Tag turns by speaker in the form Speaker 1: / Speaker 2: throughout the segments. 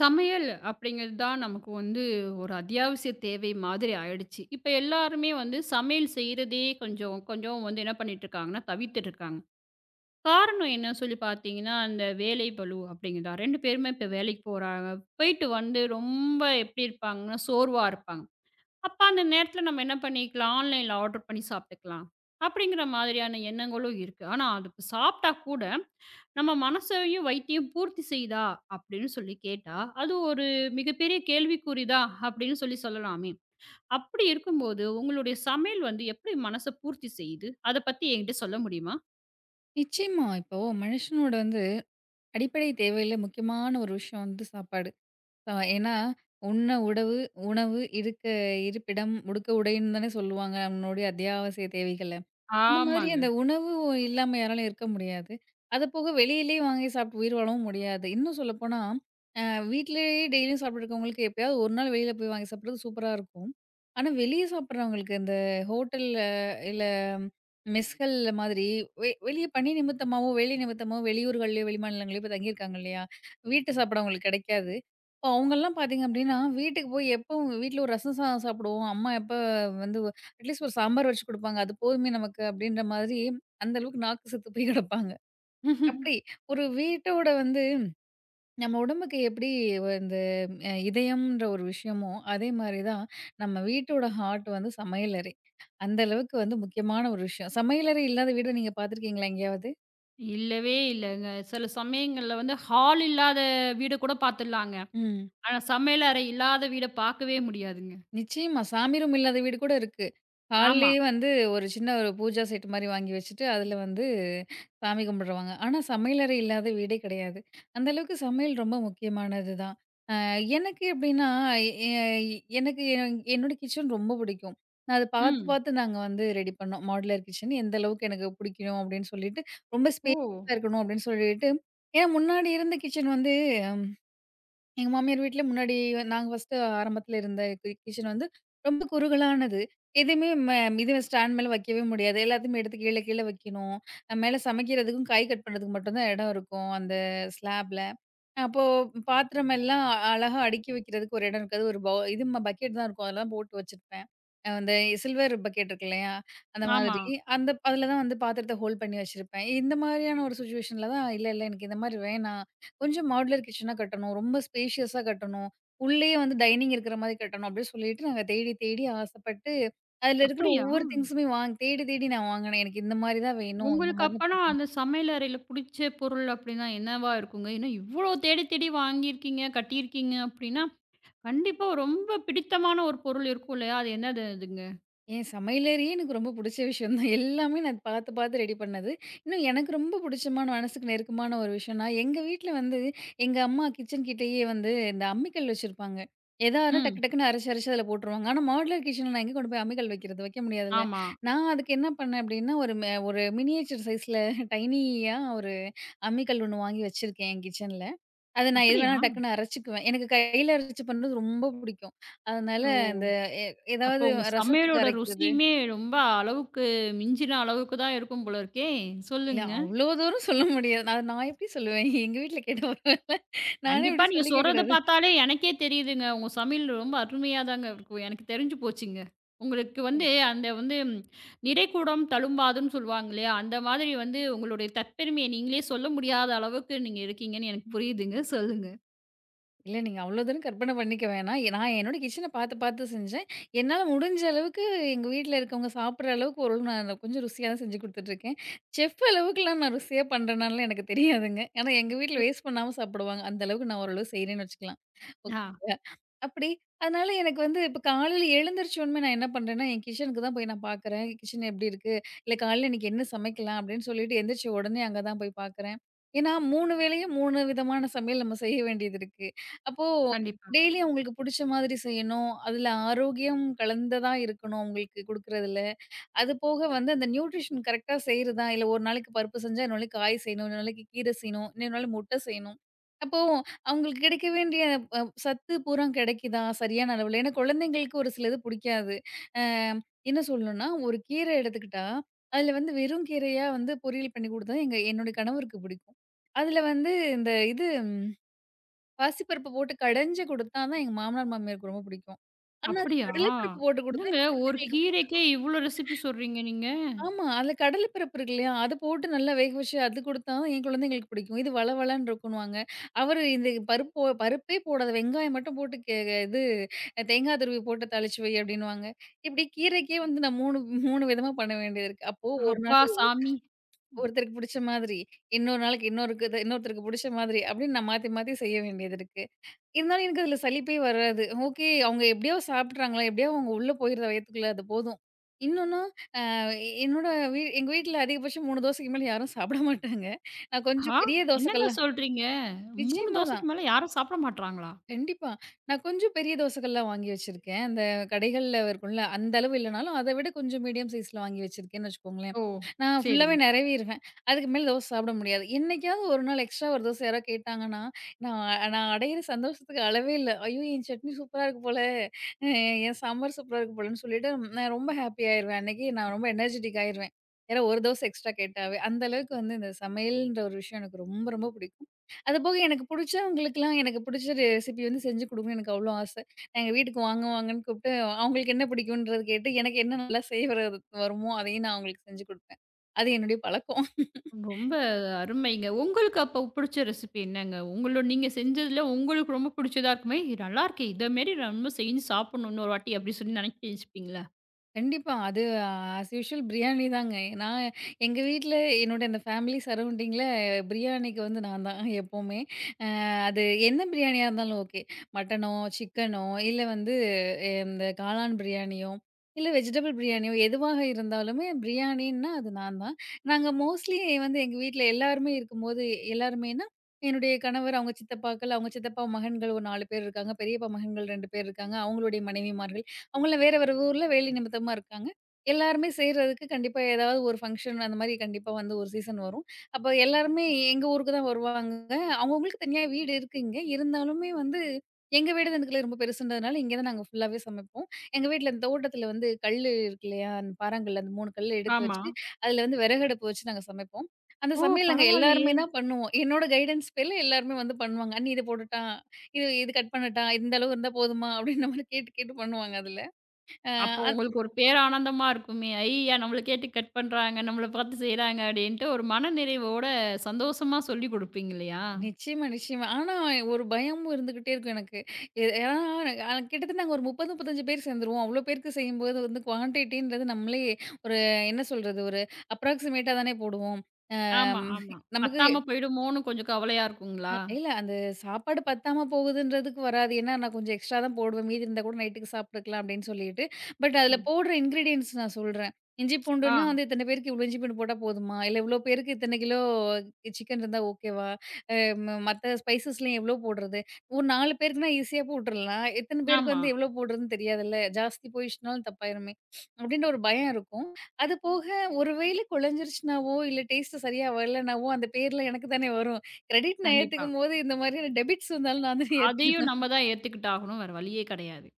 Speaker 1: சமையல் அப்படிங்கிறது தான் நமக்கு வந்து ஒரு அத்தியாவசிய தேவை மாதிரி ஆயிடுச்சு. இப்ப எல்லாருமே வந்து சமையல் செய்றதே கொஞ்சம் கொஞ்சம் வந்து என்ன பண்ணிட்டு இருக்காங்கன்னா, தவிர்த்துட்டு இருக்காங்க. காரணம் என்ன சொல்லி பார்த்தீங்கன்னா, அந்த வேலை பளு அப்படிங்கிறதா. 2 பேருமே இப்ப வேலைக்கு போறாங்க. போயிட்டு வந்து ரொம்ப எப்படி இருப்பாங்கன்னா, சோர்வா இருப்பாங்க. அப்ப அந்த நேரத்துல நம்ம என்ன பண்ணிக்கலாம், ஆன்லைன்ல ஆர்டர் பண்ணி சாப்பிட்டுக்கலாம். அப்படிங்கிற மாதிரியான எண்ணங்களும் இருக்கு. ஆனா, அது இப்ப சாப்பிட்டா கூட, நம்ம மனசையும், வயித்தையும் பூர்த்தி செய்யுதா? அப்படின்னு சொல்லி கேட்டா, அது ஒரு மிகப்பெரிய கேள்விக்குறிதா அப்படின்னு சொல்லி சொல்லலாமே. அப்படி இருக்கும்போது, உங்களுடைய சமையல் வந்து எப்படி மனச பூர்த்தி செய்யுது? அத பத்தி என்கிட்ட சொல்ல முடியுமா?
Speaker 2: நிச்சயமா. இப்போ மனுஷனோட வந்து அடிப்படை தேவையில முக்கியமான ஒரு விஷயம் வந்து சாப்பாடு. ஏன்னா, "உண்ண உடவு, உணவு, இருக்க இருப்பிடம், உடுக்க உடைன்னு" தானே சொல்லுவாங்க நம்மளுடைய அத்தியாவசிய தேவைகள். அந்த மாதிரி
Speaker 1: ஆமாங்க.
Speaker 2: அந்த உணவு இல்லாம யாராலும் இருக்க முடியாது. அது போக வெளியிலேயே வாங்கி சாப்பிட்டு உயிர் வாழவும் முடியாது. இன்னும் சொல்லப்போனா, அ வீட்லயே டெய்லியும் சாப்பிட்டு இருக்கவங்களுக்கு எப்பயாவது ஒரு நாள் வெளியில போய் வாங்கி சாப்பிடுறது சூப்பரா இருக்கும். ஆனா, வெளிய சாப்பிடுறவங்களுக்கு இந்த ஹோட்டல்ல இல்ல மெஸ்கள்ல மாதிரி வெளிய பணி நிமித்தமாவோ, வேலை நிமித்தமாவோ வெளியூர்கள்லயோ, வெளிமாநிலங்கள்லயோ இப்ப தங்கியிருக்காங்க இல்லையா? வீட்டு சாப்பாடு அவங்களுக்கு கிடைக்காது. இப்போ அவங்கலாம் பார்த்தீங்க அப்படின்னா, வீட்டுக்கு போய் எப்போ வீட்ல ஒரு ரசம் சாதம் சாப்பிடுவோம். அம்மா எப்போ வந்து அட்லீஸ்ட் ஒரு சாம்பார் வச்சு குடுப்பாங்க. அது போதுமே நமக்கு அப்டின்ற மாதிரி, அந்த அளவுக்கு நாக்கு செத்து போய் கிடப்பாங்க. அப்படி ஒரு வீட்டோட வந்து நம்ம உடம்புக்கு எப்படி இந்த இதயம்ன்ற ஒரு விஷயமோ, அதே மாரி தான் நம்ம வீட்டோட ஹார்ட் வந்து சமையலறை. அந்த அளவுக்கு வந்து முக்கியமான ஒரு விஷயம். சமையலறை இல்லாத வீட நீங்க பார்த்துருக்கீங்களா எங்கேயாவது?
Speaker 1: இல்லவே இல்லங்க. சில சமயங்கள்ல வந்து ஹால் இல்லாத வீடு கூட பாத்துடலாங்க.
Speaker 2: ம்.
Speaker 1: ஆனா, சமையலறை இல்லாத வீட பாக்கவே முடியாதுங்க.
Speaker 2: நிச்சயமா. சாமி ரூம் இல்லாத வீடு கூட இருக்கு.
Speaker 1: ஆமா.
Speaker 2: ஹால்லயே வந்து ஒரு சின்ன ஒரு பூஜா செட் மாரி வாங்கி வச்சுட்டு, அதுல வந்து சாமி கும்பிடுவாங்க. ஆனா, சமையலறை இல்லாத வீடே கிடையாது. அந்த அளவுக்கு சமையல் ரொம்ப முக்கியமானது தான். அ எனக்கு எப்படின்னா, எ எ- எனக்கு என்- என்னோட கிச்சன் ரொம்ப பிடிக்கும். நான் அத பார்த்து,
Speaker 1: ம்.
Speaker 2: பார்த்து நாங்க வந்து ரெடி பண்ணோம். மாடுலர் கிச்சன் எந்த அளவுக்கு எனக்கு பிடிக்கணும் அப்படின்னு சொல்லிட்டு, ரொம்ப
Speaker 1: ஓ!
Speaker 2: ஸ்பேஸா இருக்கணும் அப்படின்னு சொல்லிட்டு ஏன்னா முன்னாடி இருந்த கிச்சன் வந்து எங்க மாமியார் வீட்ல முன்னாடி நாங்க ஃபர்ஸ்ட்டு ஆரம்பத்துல இருந்த கிச்சன் வந்து ரொம்ப குறுகலானது. எதையுமே இது ஸ்டாண்ட் மேல வைக்கவே முடியாது. எல்லாத்தையுமே எடுத்து கீழ கீழ வைக்கணும். மேல சமைக்கிறதுக்கும், காய் கட் பண்றதுக்கு மட்டும் தான் இடம் இருக்கும். அந்த ஸ்லாப்ல. அப்போ பாத்திரம் எல்லாம் அழகா அடுக்கி வைக்கிறதுக்கு ஒரு இடம் இருக்காது. ஒரு பவு இது பக்கெட் தான் இருக்கும். அதெல்லாம் போட்டு வச்சிருப்பேன். அந்த சில்வர் பக்கெட் இருக்கு இல்லையா? அந்த
Speaker 1: ஆமா.
Speaker 2: மாதிரி. அந்த அதில தான் வந்து பாத்திரத்த ஹோல்ட் பண்ணி வச்சிருப்பேன். இந்த மாதிரியான ஒரு சிச்சுவேஷன்ல தான், "இல்ல, இல்ல எனக்கு இந்த மாதிரி வேணாம். கொஞ்சம் மாடுலர் கிச்சனா கட்டணும். ரொம்ப ஸ்பேஷியஸா கட்டணும். உள்ளேயே வந்து டைனிங் இருக்கிற மாதிரி கட்டணும்." அப்படின்னு சொல்லிட்டு நாங்க தேடி, தேடி ஆசைப்பட்டு, அதில இருக்கிற
Speaker 1: அப்படியா?
Speaker 2: ஒவ்வொரு திங்ஸுமே தேடி, தேடி நான் வாங்கினேன். எனக்கு இந்த மாதிரி தான் வேணும். இந்த
Speaker 1: உங்களுக்கு
Speaker 2: மாதிரி
Speaker 1: அப்பனா அந்த சமையல் அறையில புடிச்ச பொருள் அப்படின்னா என்னவா இருக்குங்க? ஏன்னா இவ்வளோ தேடி தேடி வாங்கியிருக்கீங்க, கட்டியிருக்கீங்க அப்படின்னா, கண்டிப்பா ரொம்ப பிடித்தமான ஒரு பொருள் இருக்கும் இல்லையா? அது என்னது அதுங்க?
Speaker 2: என் சமையலறையே எனக்கு ரொம்ப புடிச்ச விஷயம் தான். எல்லாமே நான் பாத்து, பாத்து ரெடி பண்ணது. இன்னும் எனக்கு ரொம்ப புடிச்சமான, மனசுக்கு நெருக்கமான ஒரு விஷயம்னா, எங்க வீட்ல வந்து எங்க அம்மா கிச்சன் கிட்டயே வந்து இந்த அம்மிக்கல் வச்சிருப்பாங்க. எதானா
Speaker 1: ம்.
Speaker 2: டக்கு டக்குன்னு அரச்சு, அரச்சு அதில போட்டுருவாங்க. ஆனா மாடுலர் கிச்சன்ல நான் எங்க கொண்டு போய் அம்மிக்கல் வைக்கிறது? வைக்க முடியாதுல்ல.
Speaker 1: ஆமா.
Speaker 2: நான் அதுக்கு என்ன பண்ணேன் அப்டின்னா, ஒரு மினியேச்சர் சைஸ்ல டைனியா ஒரு அம்மிக்கல் ஒண்ணு வாங்கி வச்சிருக்கேன் என் கிச்சன்ல. அத நான் எது வேணா
Speaker 1: அப்படியா?
Speaker 2: டக்குன்னு அரச்சுக்குவேன். எனக்கு கையில அரச்சு பண்றது ரொம்ப புடிக்கும். அதனால
Speaker 1: ஓ!
Speaker 2: இந்த எ
Speaker 1: அப்போ
Speaker 2: ஏதாவது
Speaker 1: உங்க
Speaker 2: ரசத்துக்கு
Speaker 1: சமையலோட
Speaker 2: அரைக்கிறது
Speaker 1: ருசியுமே ரொம்ப அளவுக்கு மிஞ்சின அளவுக்கு தான் இருக்கும் போல இருக்கே!
Speaker 2: இல்ல
Speaker 1: சொல்லுங்க.
Speaker 2: அவ்ளோ தூரம் சொல்ல முடியாது. அது நான் எப்படி சொல்லுவேன்? எங்க வீட்ல கேட்டா வருவாங்கல்ல. நானே
Speaker 1: கண்டிப்பா.
Speaker 2: இப்படி
Speaker 1: நீங்க
Speaker 2: சொல்லிக்க
Speaker 1: சொல்றத
Speaker 2: கூடாது.
Speaker 1: பார்த்தாலே எனக்கே தெரியுதுங்க. உங்க சமையல் ரொம்ப அருமையா தாங்க இருக்கும். எனக்கு தெரிஞ்சு போச்சுங்க. உங்களுக்கு வந்து அந்த வந்து "நிறைகுடம் தளும்பாதுன்னு" சொல்லுவாங்க இல்லையா? அந்த மாதிரி வந்து உங்களுடைய தற்பெருமைய நீங்களே சொல்ல முடியாத அளவுக்கு நீங்க இருக்கீங்கன்னு எனக்கு புரியுதுங்க. சொல்லுங்க.
Speaker 2: இல்ல நீங்க அவ்ளோ தூரம் கற்பனை பண்ணிக்க வேணாம். நான் என்னோட கிச்சன பார்த்து, பார்த்து செஞ்சேன். என்னால முடிஞ்ச அளவுக்கு எங்க வீட்ல இருக்கவங்க சாப்பிடுற அளவுக்கு ஓரளவு நான் கொஞ்சம் ருசியா தான் செஞ்சு குடுத்துட்டுருக்கேன். செஃப் அளவுக்குலாம் நான் ருசியா பண்றேனான்லாம் எனக்கு தெரியாதுங்க. ஆனா எங்க வீட்ல வேஸ்ட் பண்ணாம சாப்பிடுவாங்க. அந்த அளவுக்கு நான் ஓரளவு செய்றேன்னு வச்சுக்கலாம்.
Speaker 1: ஆ
Speaker 2: ஓகேங்க. அப்படி அதனால எனக்கு வந்து இப்ப காலையில எழுந்திரிச்ச உடனே நான் என்ன பண்றேன்னா, என் கிச்சனுக்கு தான் போய் நான் பார்க்குறேன். கிச்சன் எப்படி இருக்கு? இல்ல காலையில இன்னைக்கு என்ன சமைக்கலாம்? அப்படின்னு சொல்லிட்டு எந்திரிச்ச உடனே அங்க தான் போய் பார்க்குறேன். ஏன்னா 3 வேளையும் 3 விதமான சமையல் நம்ம செய்ய வேண்டியது இருக்கு. அப்போ
Speaker 1: கண்டிப்பா.
Speaker 2: டெய்லியும் அவங்களுக்கு புடிச்ச மாதிரி செய்யணும். அதுல ஆரோக்கியம் கலந்ததா இருக்கணும் அவங்களுக்கு குடுக்குறதுல. அது போக வந்து அந்த நியூட்ரிஷன் கரெக்ட்டா செய்றதா, இல்ல ஒரு நாளைக்கு பருப்பு செஞ்சா, இன்னொரு நாளைக்கு காய் செய்யணும், இன்னொரு நாளைக்கு கீரை செய்யணும், இன்னொரு நாள் முட்டை செய்யணும். அப்போ அவங்களுக்கு கிடைக்க வேண்டிய சத்து பூரா கிடைக்குதா சரியான அளவுல? ஏன்னா குழந்தைங்களுக்கு ஒரு சிலது புடிக்காது. அ என்ன சொல்லணும்னா, ஒரு கீரை எடுத்துக்கிட்டா, அதில வந்து வெறும் கீரையா வந்து பொரியல் பண்ணி குடுத்தா எங்க என்னுடைய கணவருக்கு பிடிக்கும். அதில வந்து இந்த பாசிப்பருப்பு போட்டு கடைஞ்சு குடுத்தா தான் எங்க மாமனார், மாமியாருக்கு ரொம்ப பிடிக்கும். ஆனா அதில
Speaker 1: அப்படியா?
Speaker 2: கடலை பருப்பு போட்டு குடுத்தா
Speaker 1: என்னங்க ஒரு கீரைக்கே இவ்ளோ ரெசிபி சொல்றீங்க நீங்க?
Speaker 2: ஆமா. அதுல கடலைப்பருப்பு இருக்கு இல்லையா? அது போட்டு நல்லா வேக வச்சு அது குடுத்தா என் குழந்தைங்களுக்கு பிடிக்கும். இது வழவழன்னு இருக்குன்னுவாங்க. அவரு இந்த பருப்பே போடாத வெங்காயம் மட்டும் போட்டு இது தேங்கா துருவி போட்டு தாளிச்சு வை அப்டின்னுவாங்க. இப்டி கீரைக்கே வந்து நான் 3 3 விதமா பண்ண வேண்டியது இருக்கு. அப்போ ஒரு
Speaker 1: அப்பா
Speaker 2: நாள்
Speaker 1: சாமி!
Speaker 2: ஒருத்தருக்கு பிடிச்ச மாதிரி, இன்னொரு நாளைக்கு இன்னொருத்தருக்கு பிடிச்ச மாதிரி அப்டின்னு நான் மாத்தி மாத்தி செய்ய வேண்டியது இருக்கு. இருந்தாலும் எனக்கு அதுல சலிப்பே வராது. ஓகே அவங்க எப்டியோ சாப்பிட்றாங்களா? எப்டியோ அவங்க உள்ள போயிருதா வயித்துக்குள்ள அது போதும். இன்னொன்னு எ- என்னோட வீ எங்க வீட்ல அதிகபட்சம் 3 தோசைக்கு மேல யாரும் சாப்பிட மாட்டாங்க. நான்
Speaker 1: ஆ
Speaker 2: கொஞ்சம் பெரிய
Speaker 1: என்னங்க
Speaker 2: தோசைகள்லாம்
Speaker 1: சொல்றீங்க? 3
Speaker 2: நிச்சயமா தான்.
Speaker 1: தோசைக்கு மேல யாரும் சாப்பிட மாட்றாங்களா?
Speaker 2: கண்டிப்பா. நான் கொஞ்சம் பெரிய தோசைகள்லாம் வாங்கி வச்சிருக்கேன். அந்த கடைகள்ல இருக்கும்ல, அந்த அளவு இல்லனாலும், அத விட கொஞ்சம் மீடியம் சைஸ்ல வாங்கி வச்சிருக்கேன்னு வச்சுக்கோங்களேன்.
Speaker 1: ஓ!
Speaker 2: நான் ஃபுல்லாவே
Speaker 1: சரிங்க.
Speaker 2: நெரவிருவேன். அதுக்கு மேல தோசை சாப்பிட முடியாது. என்னைக்காவது ஒரு நாள் எக்ஸ்ட்ரா ஒரு தோசை யாராவது கேட்டாங்கன்னா, நான் அடையிற சந்தோஷத்துக்கு அளவே இல்ல. ஐயோ! என் சட்னி சூப்பரா இருக்கு போல, அ என் சாம்பார் சூப்பரா இருக்கு போலன்னு சொல்லிட்டு நான் ரொம்ப ஹாப்பி ஆயிருவேன். அன்னைக்கு நான் ரொம்ப எனர்ஜெடிக் ஆயிருவேன். யாரோ ஒரு தோசை எக்ஸ்ட்ரா கேட்டாவே. அந்த அளவுக்கு வந்து இந்த சமையல்ன்ற ஒரு விஷயம் எனக்கு ரொம்ப ரொம்ப பிடிக்கும். அதுபோக எனக்கு புடிச்சவங்களுக்குலாம் எனக்கு புடிச்ச ரெசிபி வந்து செஞ்சு குடுக்கணும்னு எனக்கு அவ்ளோ ஆசை. எங்க வீட்டுக்கு வாங்க வாங்கன்னு கூப்பிட்டு, அவங்களுக்கு என்ன பிடிக்கும்ன்றத கேட்டு, எனக்கு என்ன நல்லா செய்ய வருமோ, அதையும் நான் அவங்களுக்கு செஞ்சு குடுப்பேன். அது என்னுடைய பழக்கம்.
Speaker 1: ரொம்ப அருமைங்க. உங்களுக்கு அப்ப புடிச்ச ரெசிபி என்னங்க? உங்களோ நீங்க செஞ்சதுல உங்களுக்கு ரொம்ப புடிச்சதா இருக்குமே, "இது நல்லாயிருக்கே. இத மாரி நம்ம செஞ்சு சாப்பிடணும் இன்னொரு வாட்டி." அப்படி சொல்லி நெனச்சு வச்சுப்பீங்களா?
Speaker 2: கண்டிப்பா. அது ஆஸ் யூசுவல் பிரியாணி தாங்க. நான் எங்க வீட்ல என்னோட இந்த ஃபேமிலி சரவுண்டிங்கில பிரியாணிக்கு வந்து நான் தான் எப்பவுமே. அ அது என்ன பிரியாணியா இருந்தாலும் ஓகே. மட்டனோ, சிக்கனோ இல்ல வந்து இந்த காளான் பிரியாணியோ, இல்ல வெஜிடபிள் பிரியாணியோ எதுவாக இருந்தாலுமே பிரியாணின்னா அது நான் தான். நாங்க மோஸ்ட்லி வந்து எங்க வீட்ல எல்லாருமே இருக்கும்போது எல்லாருமேன்னா, என்னுடைய கணவர், அவங்க சித்தப்பாக்கள், அவங்க சித்தப்பா மகன்கள் ஒரு 4 பேர் இருக்காங்க. பெரியப்பா மகன்கள் 2 பேர் இருக்காங்க. அவங்களுடைய மனைவிமார்கள். அவங்கலாம் வேற, வேற ஊர்ல வேலை நிமித்தமா இருக்காங்க. எல்லாருமே சேர்றதுக்கு கண்டிப்பா ஏதாவது ஒரு ஃபங்ஷன் அந்த மாரி கண்டிப்பா வந்து ஒரு சீசன் வரும். அப்ப எல்லாருமே எங்க ஊருக்கு தான் வருவாங்க. அவங்கவங்களுக்கு தனியா வீடு இருக்கு இங்க. இருந்தாலுமே வந்து எங்க வீடு தான் இதுக்குள்ள ரொம்ப பெருசுன்றதுனால இங்க தான் நாங்க ஃபுல்லாவே சமைப்போம். எங்க வீட்ல இந்த தோட்டத்தில வந்து கல்லு இருக்கு இல்லையா? அந்த பாறாங்கல் அந்த 3 கல்ல எடுத்து
Speaker 1: ஆமா.
Speaker 2: வச்சுட்டு, அதில வந்து விறகடுப்பு வச்சு நாங்க சமைப்போம். அந்த
Speaker 1: ஓ!
Speaker 2: சமையல் நாங்க எல்லாருமே
Speaker 1: பரவாயில்லையே.
Speaker 2: தான் பண்ணுவோம். என்னோட கைடன்ஸ் பேர்ல எல்லாருமே வந்து பண்ணுவாங்க. "அண்ணி இது போடட்டா? இது இது கட் பண்ணட்டா? இந்த அளவு இருந்தா போதுமா?" அப்படின்ற மாரி கேட்டு கேட்டு பண்ணுவாங்க அதுல.
Speaker 1: அப்போ
Speaker 2: அ அத்
Speaker 1: உங்களுக்கு ஒரு பேரானந்தமா இருக்குமே. "ஐய்ய! நம்மள கேட்டு கட் பண்றாங்க. நம்மள பார்த்து செய்றாங்க." அப்படின்ட்டு ஒரு மனநிறைவோட சந்தோஷமா சொல்லிக் குடுப்பீங்க இல்லையா?
Speaker 2: நிச்சயமா, நிச்சயமா. ஆனா ஒரு பயமும் இருந்துகிட்டே இருக்கும் எனக்கு. எ ஏன்னா எனக்கு- அ கிட்டத்தட்ட நாங்க ஒரு 30, 35 பேர் சேர்ந்துருவோம். அவ்ளோ பேருக்கு செய்யும்போது வந்து குவான்டிட்டின்றது நம்மளே ஒரு என்ன சொல்றது? ஒரு அப்ராக்ஸிமேட்டா தானே போடுவோம்.
Speaker 1: ஆமா,
Speaker 2: அம்
Speaker 1: ஆமா.
Speaker 2: நமக்கு
Speaker 1: பத்தாம போயிடுமோன்னு கொஞ்சம் கவலையா
Speaker 2: அ
Speaker 1: இருக்குங்களா?
Speaker 2: இல்ல அந்த சாப்பாடு பத்தாம போகுதுன்றதுக்கு வராது. ஏன்னா, நான் கொஞ்சம் எக்ஸ்ட்ரா தான் போடுவேன். மீதி இருந்தா கூட நைட்டுக்கு சாப்ட்டுக்கலாம் அப்டின்னு சொல்லிட்டு. பட் அதுல
Speaker 1: ம்.
Speaker 2: போடுற இன்கிரீடியன்ட்ஸ் நான் சொல்றேன். இஞ்சி
Speaker 1: ஆ.
Speaker 2: பூண்டுன்னா வந்து இத்தன பேருக்கு இவ்ளோ இஞ்சி பூண்டு போட்டா போதுமா? இல்ல இவ்ளோ பேருக்கு இத்தன கிலோ சிக்கன் இருந்தா ஓகேவா? அ ம மத்த ஸ்பைசஸ்லாம் எவ்ளோ போடுறது? ஒரு 4 பேருக்குன்னா ஈஸியா போட்டுறலாம். எத்தன பேருக்கு
Speaker 1: ஆமா.
Speaker 2: வந்து எவ்ளோ போடுறதுன்னு தெரியாதுல்ல. ஜாஸ்தி போயிடுச்சுனாலும் தப்பாயிருமே! அப்டின்ற ஒரு பயம் இருக்கும். அது போக ஒரு வேளை குழஞ்சிருச்சுனாவோ, இல்ல டேஸ்ட்டு சரியா வரலனாவோ அந்த பேர்லாம் எனக்கு தானே வரும். கிரெடிட் நான்
Speaker 1: கண்டிப்பா.
Speaker 2: ஏத்துக்கும்போது இந்த மாதிரியான டெபிட்ஸ் வந்தாலும் நான் வந்து
Speaker 1: அதையும்
Speaker 2: ஏத்துக்க
Speaker 1: நம்ம தான் ஏத்துக்கிட்டாகணும். வேற வழியே கெடையாது.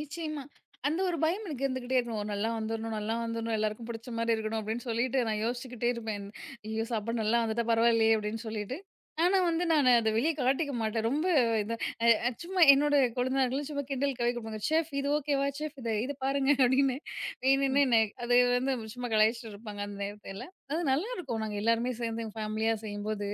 Speaker 2: நிச்சயமா. அந்த ஒரு பயம் எனக்கு இருந்துகிட்டே இருக்கும். "ஓ! நல்லா வந்துரணும், நல்லா வந்துரணும். எல்லாருக்கும் புடிச்ச மாரி இருக்கணும்." அப்படின்னு சொல்லிட்டு நான் யோசிச்சுக்கிட்டே இருப்பேன். "ஐயோ! சாப்பாடு நல்லா வந்துட்டா பரவாயில்லையே!" அப்படின்னு சொல்லிட்டு. ஆனா வந்து நானு அத வெளிய காட்டிக்க மாட்டேன். ரொம்ப இத அ அ சும்மா என்னோட கொழுந்தனார்களும் சும்மா கிண்டலுக்காவே குடுப்பாங்க. "செஃப் இது ஓகேவா? செஃப் இத இத பாருங்க." அப்படின்னு வேணுன்னே
Speaker 1: ம்.
Speaker 2: என்ன அது வந்து சும்மா கலாய்ச்சிட்டு இருப்பாங்க அந்த நேரத்துல. அது நல்லாயிருக்கும். நாங்க எல்லாருமே சேர்ந்து எங்க ஃபேமிலியா செய்யும்போது,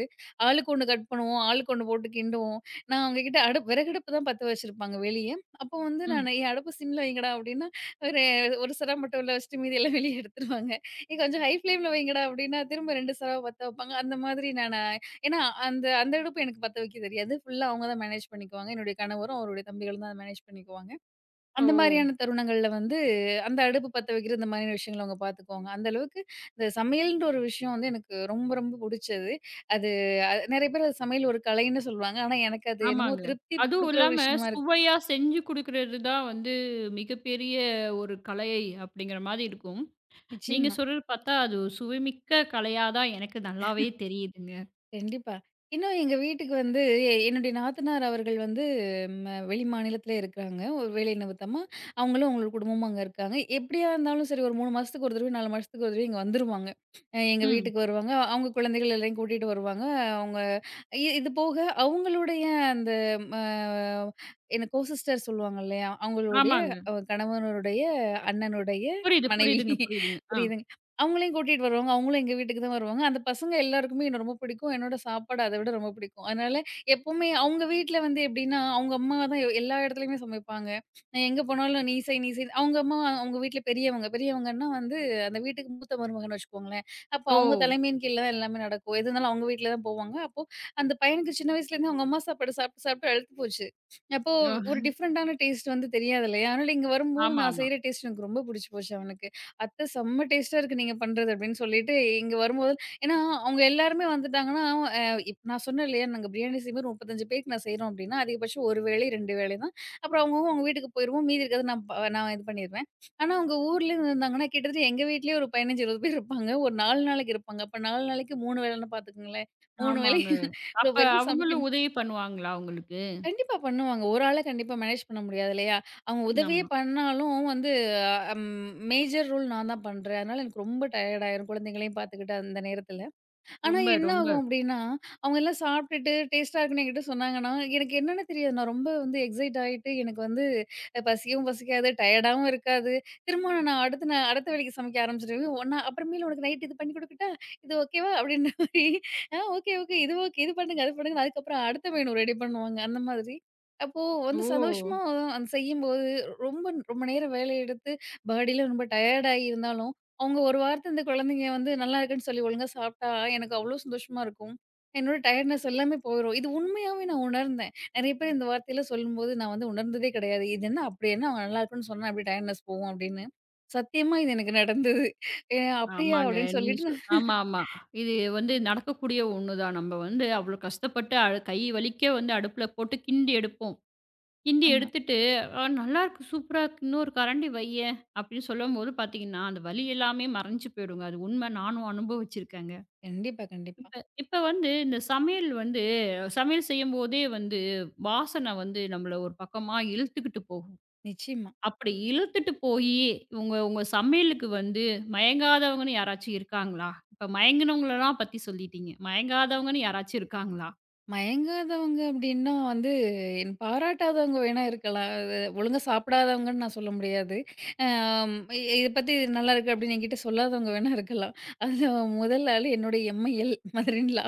Speaker 2: ஆளுக்கு ஒண்ணு கட் பண்ணுவோம், ஆளுக்கு ஒண்ணு போட்டு கிண்டுவோம். நான் அவங்க கிட்ட விறகடுப்பு தான் பத்த வச்சிருப்பாங்க வெளிய. அப்போ வந்து
Speaker 1: ம்.
Speaker 2: நானு, "ஏய் அடுப்பு சிம்ல வைங்கடா" அப்படின்னா, ஒரு ஒரு செரவ மட்டும் உள்ள வச்சுட்டு மீதி எல்லாம் வெளிய எடுத்துருவாங்க. "ஏய் கொஞ்சம் ஹை ஃப்ளேம்ல வைங்கடா" அப்படின்னா, திரும்ப 2 செரவ பத்த வைப்பாங்க. அந்த மாதிரி நானு ஏன்னா அந்த அந்த அடுப்பு எனக்கு பத்த வைக்க தெரியாது. ஃபுல்லா அவங்க தான் மேனேஜ் பண்ணிக்குவாங்க. என்னுடைய கணவரும், அவருடைய தம்பிகளும் தான் மேனேஜ் பண்ணிக்குவாங்க.
Speaker 1: ஓ!
Speaker 2: அந்த மாரியான தருணங்கள்ல வந்து அந்த அடுப்பு பத்த வைக்கிற இந்த மாரியான விஷயங்கள அவங்க பாத்துக்குவாங்க. அந்த அளவுக்கு இந்த சமையல்ன்ற ஒரு விஷயம் வந்து எனக்கு ரொம்ப ரொம்ப புடிச்சது. அது நெறைய பேர் அது சமையல் ஒரு கலைன்னு சொல்லுவாங்க. ஆனா எனக்கு அது என்னமோ
Speaker 1: ஆமாங்க.
Speaker 2: திருப்தி
Speaker 1: அதுவும்
Speaker 2: குடுக்குற ஒரு
Speaker 1: இல்லாம
Speaker 2: விஷயமா இருக்கு.
Speaker 1: சுவையா செஞ்சு குடுக்குறது தான் வந்து மிகப்பெரிய ஒரு கலை அப்படிங்கிற மாரி இருக்கும். நீங்க
Speaker 2: நிச்சயமா.
Speaker 1: சொல்றது பார்த்தா அது ஒரு சுவைமிக்க கலையா தான் எனக்கு நல்லாவே தெரியுதுங்க.
Speaker 2: கண்டிப்பா. இன்னும் எங்க வீட்டுக்கு வந்து என்னுடைய நாத்தனார் அவர்கள் வந்து வெளிமாநிலத்தில இருக்கிறாங்க. ஒரு வேலை நிமித்தமா அவங்களும் அவங்களோட குடும்பமும் அங்க இருக்காங்க. எப்படியா இருந்தாலும் சரி ஒரு 3 மாசத்துக்கு ஒரு தடவை, 4 மாசத்துக்கு ஒரு தடவை இங்க வந்துருவாங்க. எங்க
Speaker 1: ம்.
Speaker 2: வீட்டுக்கு வருவாங்க. அவங்க குழந்தைகள் எல்லாரையும் கூட்டிட்டு வருவாங்க. அவங்க இது போக அவங்களுடைய அந்த ம என்ன கோ சிஸ்டர் சொல்லுவாங்க இல்லையா? அவங்களுடைய
Speaker 1: ஆமாங்க.
Speaker 2: கணவனுடைய அண்ணனுடைய
Speaker 1: புரியுது,
Speaker 2: மனைவி
Speaker 1: புரியுதுங்க, புரியுதுங்க. ஆ.
Speaker 2: புரியுதுங்களா? அவங்களையும் கூட்டிட்டு வருவாங்க. அவங்களும் எங்க வீட்டுக்கு தான் வருவாங்க. அந்த பசங்க எல்லாருக்குமே என்ன ரொம்ப பிடிக்கும். என்னோட சாப்பாடு அத விட ரொம்ப பிடிக்கும். அதனால எப்பவுமே அவங்க வீட்ல வந்து எப்படின்னா, அவங்க அம்மா தான் எல்லா இடத்துலயுமே சமைப்பாங்க. நான் எங்க போனாலும் "நீ செய், நீ செய்" அவங்க அம்மா அவங்க வீட்ல பெரியவங்க. பெரியவங்கன்னா வந்து அந்த வீட்டுக்கு மூத்த மருமகன்னு வச்சுக்கோங்களேன். அப்போ
Speaker 1: ஓ!
Speaker 2: அவங்க தலைமையின் கீழ தான் எல்லாமே நடக்கும். எது இருந்தாலும் அவங்க வீட்ல தான் போவாங்க. அப்போ அந்த பையனுக்கு சின்ன வயசுலேருந்து அவங்க அம்மா சாப்பாடு சாப்பிட்டு சாப்பிட்டு அலுத்து போச்சு. அப்போ ஒரு
Speaker 1: ஓ!
Speaker 2: டிஃப்ரெண்டான டேஸ்ட் வந்து தெரியாது இல்லையா? அதனால இங்க வரும்போது
Speaker 1: ஆமா,
Speaker 2: நான்
Speaker 1: ஆமா.
Speaker 2: செய்ற டேஸ்ட் எனக்கு ரொம்ப பிடிச்சு போச்சு அவனுக்கு. "அத்தை செம்ம டேஸ்ட்டா இருக்கு நீங்க பண்றது" அப்படின்னு சொல்லிட்டு இங்க வரும்போது ஏன்னா அவங்க எல்லாருமே வந்துட்டாங்கன்னா, அ இப் நான் சொன்னேன் இல்லையா, நாங்க பிரியாணி செய்யும்போது 35 பேருக்கு நான் செய்றோம் அப்படின்னா, அதிகபட்சம் 1 வேளை, 2 வேளை தான். அப்புறம் அவங்கவங்க அவங்க வீட்டுக்கு போயிருவோம். மீதி இருக்கிறத நான் இது பண்ணிருவேன். ஆனா அவங்க ஊர்ல இருந்து இருந்தாங்கன்னா, கிட்டத்தட்ட எங்க வீட்லயே ஒரு 15, 20 பேர் இருப்பாங்க. ஒரு 4 நாளைக்கு இருப்பாங்க. அப்ப 4 நாளைக்கு 3 வேளைன்னா பாத்துக்கங்களேன். 3 வேளை
Speaker 1: ஆமாங்க.
Speaker 2: இவ்ளோ
Speaker 1: அப்ப
Speaker 2: பேருக்கு
Speaker 1: அவங்களும்
Speaker 2: சமைக்கணும்.
Speaker 1: உதவி பண்ணுவாங்களா உங்களுக்கு?
Speaker 2: கண்டிப்பா பண்ணுவாங்க. ஒரு ஆள கண்டிப்பா மேனேஜ் பண்ண முடியாது இல்லையா? அவங்க உதவியே
Speaker 1: ஆமா.
Speaker 2: பண்ணாலும் வந்து அ அம் மேஜர் ரோல் நான் தான் பண்றேன். அதனால எனக்கு ரொம்ப டயர்ட் ஆயிரும் குழந்தைங்களையும் பார்த்துக்கிட்டு அந்த நேரத்தில. ஆனா
Speaker 1: ரொம்ப,
Speaker 2: என்ன
Speaker 1: ரொம்ப.
Speaker 2: ஆகும் அப்டின்னா, அவங்க எல்லாம் சாப்ட்டுட்டு டேஸ்ட்டா இருக்குன்னு என்கிட்ட சொன்னாங்கன்னா, எனக்கு என்னன்னு தெரியாது. நான் ரொம்ப வந்து எக்ஸைட் ஆயிட்டு எனக்கு வந்து பசிக்கவும் பசிக்காது, டயர்டாவும் இருக்காது. திரும்ப நான் அடுத்த வேலைக்கு சமைக்க ஆரம்பிச்சுடுவேன். ஒண்ணா அப்புறமேலு உனக்கு நைட் இது பண்ணி குடுக்கட்டா? இது ஓகேவா? அப்டின்ற மாரி ஓகே, ஓகே. இது ஓகே. இது பண்ணுங்க, அது பண்ணுங்க. அதுக்கப்புறம் அடுத்த மெனு ரெடி பண்ணுவாங்க. அந்த மாதிரி. அப்போ வந்து சந்தோஷமா
Speaker 1: ஓ!
Speaker 2: செய்யும்போது ரொம்ப ரொம்ப நேரம் வேலை எடுத்து பாடிலாம் ரொம்ப டயர்ட் ஆகி இருந்தாலும் அவங்க ஒரு வாரத்து இந்த குழந்தைங்க வந்து நல்லா இருக்குன்னு சொல்லி ஒழுங்கா சாப்பிட்டா, எனக்கு அவ்ளோ சந்தோஷமா இருக்கும். என்னோட டயர்ட்னஸ் எல்லாமே போயிரும். இது உண்மையாவே நான் உணர்ந்தேன். நெறைய பேர் இந்த வார்த்தையெல்லாம் சொல்லும்போது நான் வந்து உணர்ந்ததே கிடையாது. இது என்ன அப்படி என்ன அவங்க நல்லா இருக்குன்னு சொன்னா எப்படி டயர்ட்னஸ் போகும் அப்படின்னு. சத்தியமா இது எனக்கு நடந்தது. "ஏ அப்படியா?"
Speaker 1: ஆமாங்க.
Speaker 2: அப்படின்னு
Speaker 1: நீங்க
Speaker 2: சொல்லிட்டு
Speaker 1: சொ
Speaker 2: நான்
Speaker 1: ஆமா, ஆமா. இது வந்து நடக்கக்கூடிய ஒண்ணுதான். நம்ம வந்து அவ்ளோ கஷ்டப்பட்டு கை வலிக்க வந்து அடுப்புல போட்டு கிண்டி எடுப்போம். கிண்டி
Speaker 2: ஆமா.
Speaker 1: எடுத்துட்டு, நல்லாயிருக்கு, சூப்பரா இருக்கு. இன்னொரு கரண்டி வையேன்" அப்படின்னு சொல்லும்போது பார்த்தீங்கன்னா, அந்த வலி எல்லாமே மறைஞ்சு போயிடுங்க. அது உண்ம. நானும் அனுபவிச்சிருக்கேங்க.
Speaker 2: கண்டிப்பா, கண்டிப்பா.
Speaker 1: இப்ப இப்ப வந்து இந்த சமையல் வந்து சமையல் செய்யும்போதே வந்து வாசனை வந்து நம்மள ஒரு பக்கமா இழுத்துக்கிட்டு போகும்.
Speaker 2: நிச்சயமா.
Speaker 1: அப்படி இழுத்துட்டு போயி, உங்க உங்க சமையலுக்கு வந்து மயங்காதவங்கன்னு யாராச்சும் இருக்காங்களா? இப்ப மயங்குனவங்களலாம் பத்தி சொல்லிட்டீங்க. மயங்காதவங்கன்னு யாராச்சும் இருக்காங்களா?
Speaker 2: மயங்காதவங்க அப்படின்னா வந்து, என் பாராட்டாதவங்க வேணா இருக்கலாம். அது ஒழுங்கா சாப்பிடாதவங்கன்னு நான் சொல்ல முடியாது. அம் இ இத பத்தி நல்லாயிருக்கு அப்படின்னு என்கிட்ட சொல்லாதவங்க வேணா இருக்கலாம். அதுல முதல் ஆளு என்னுடைய எம்ஐஎல் மதர் இன் லா.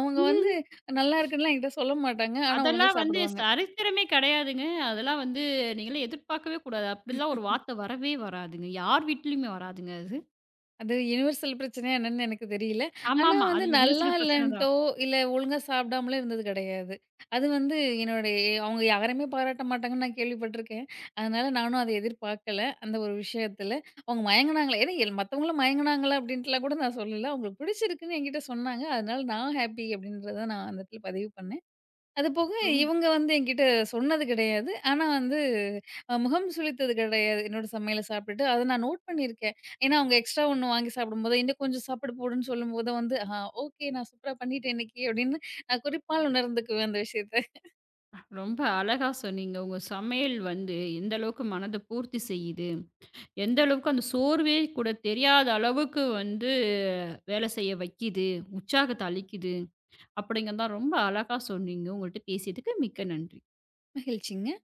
Speaker 2: அவங்க வந்து நல்லாயிருக்குன்லாம் என்கிட்ட சொல்ல மாட்டாங்க. ஆனா ஒழுங்கா
Speaker 1: அதெல்லாம் வந்து
Speaker 2: சாப்பிடுவாங்க.
Speaker 1: சரித்திரமே கிடையாதுங்க. அதெல்லாம் வந்து நீங்கலாம் எதிர்பார்க்கவே கூடாது. அப்படிலாம் ஒரு வார்த்தை வரவே வராதுங்க. யார் வீட்லயுமே வராதுங்க அது.
Speaker 2: அது யுனிவர்சல் பிரச்சனையா என்னன்னு எனக்கு தெரியல. ஆனா
Speaker 1: ஆமாமா.
Speaker 2: வந்து
Speaker 1: அது
Speaker 2: நல்லா
Speaker 1: யுனிவர்சல் பிரச்சனை
Speaker 2: இல்லன்ட்டோ,
Speaker 1: தான்.
Speaker 2: இல்ல ஒழுங்கா சாப்பிடாமலோ இருந்தது கிடையாது. அது வந்து என்னுடைய அவங்க யாருமே பாராட்ட மாட்டாங்கன்னு நான் கேள்விப்பட்டுருக்கேன். அதனால நானும் அத எதிர்பார்க்கல. அந்த ஒரு விஷயத்துல. அவங்க மயங்குனாங்களா ஏன்னா எல் மத்தவங்களும் மயங்குனாங்களா அப்படின்ட்டுலாம் கூட நான் சொல்லல. அவங்களுக்கு பிடிச்சிருக்குன்னு என்கிட்ட சொன்னாங்க. அதனால நான் ஹேப்பி அப்படின்றத நான் அந்த இடத்துல பதிவு பண்ணேன். அது போக
Speaker 1: ரொம்
Speaker 2: இவங்க வந்து என்கிட்ட சொன்னது கிடையாது. ஆனா வந்து முகம் சுளித்தது கிடையாது. என்னோட சமையல சாப்பிட்டுட்டு அத நான் நோட் பண்ணியிருக்கேன். ஏன்னா, அவங்க எக்ஸ்ட்ரா ஒண்ணு வாங்கி சாப்பிடும்போது, "இன்னும் கொஞ்சம் சாப்பாடு போடுன்னு" சொல்லும்போது வந்து, "ஆ ஓகே நான் சூப்பரா பண்ணிட்டேன் இன்னைக்கு" அப்படின்னு நான் குறிப்பால் உணர்ந்துக்குவேன் அந்த விஷயத்த.
Speaker 1: ரொம்ப அழகா சொன்னீங்க. உங்க சமையல் வந்து எந்த அளவுக்கு மனத பூர்த்தி செய்யுது. எந்த அளவுக்கு அந்த சோர்வே கூட தெரியாத அளவுக்கு வந்து வேலை செய்ய வைக்கிது, உற்சாகத்த அளிக்கிது, அப்படிங்கிறதான் ரொம்ப அழகா சொன்னீங்க. உங்கள்ட்ட பேசியதுக்கு மிக்க நன்றி.
Speaker 2: மகிழ்ச்சிங்க.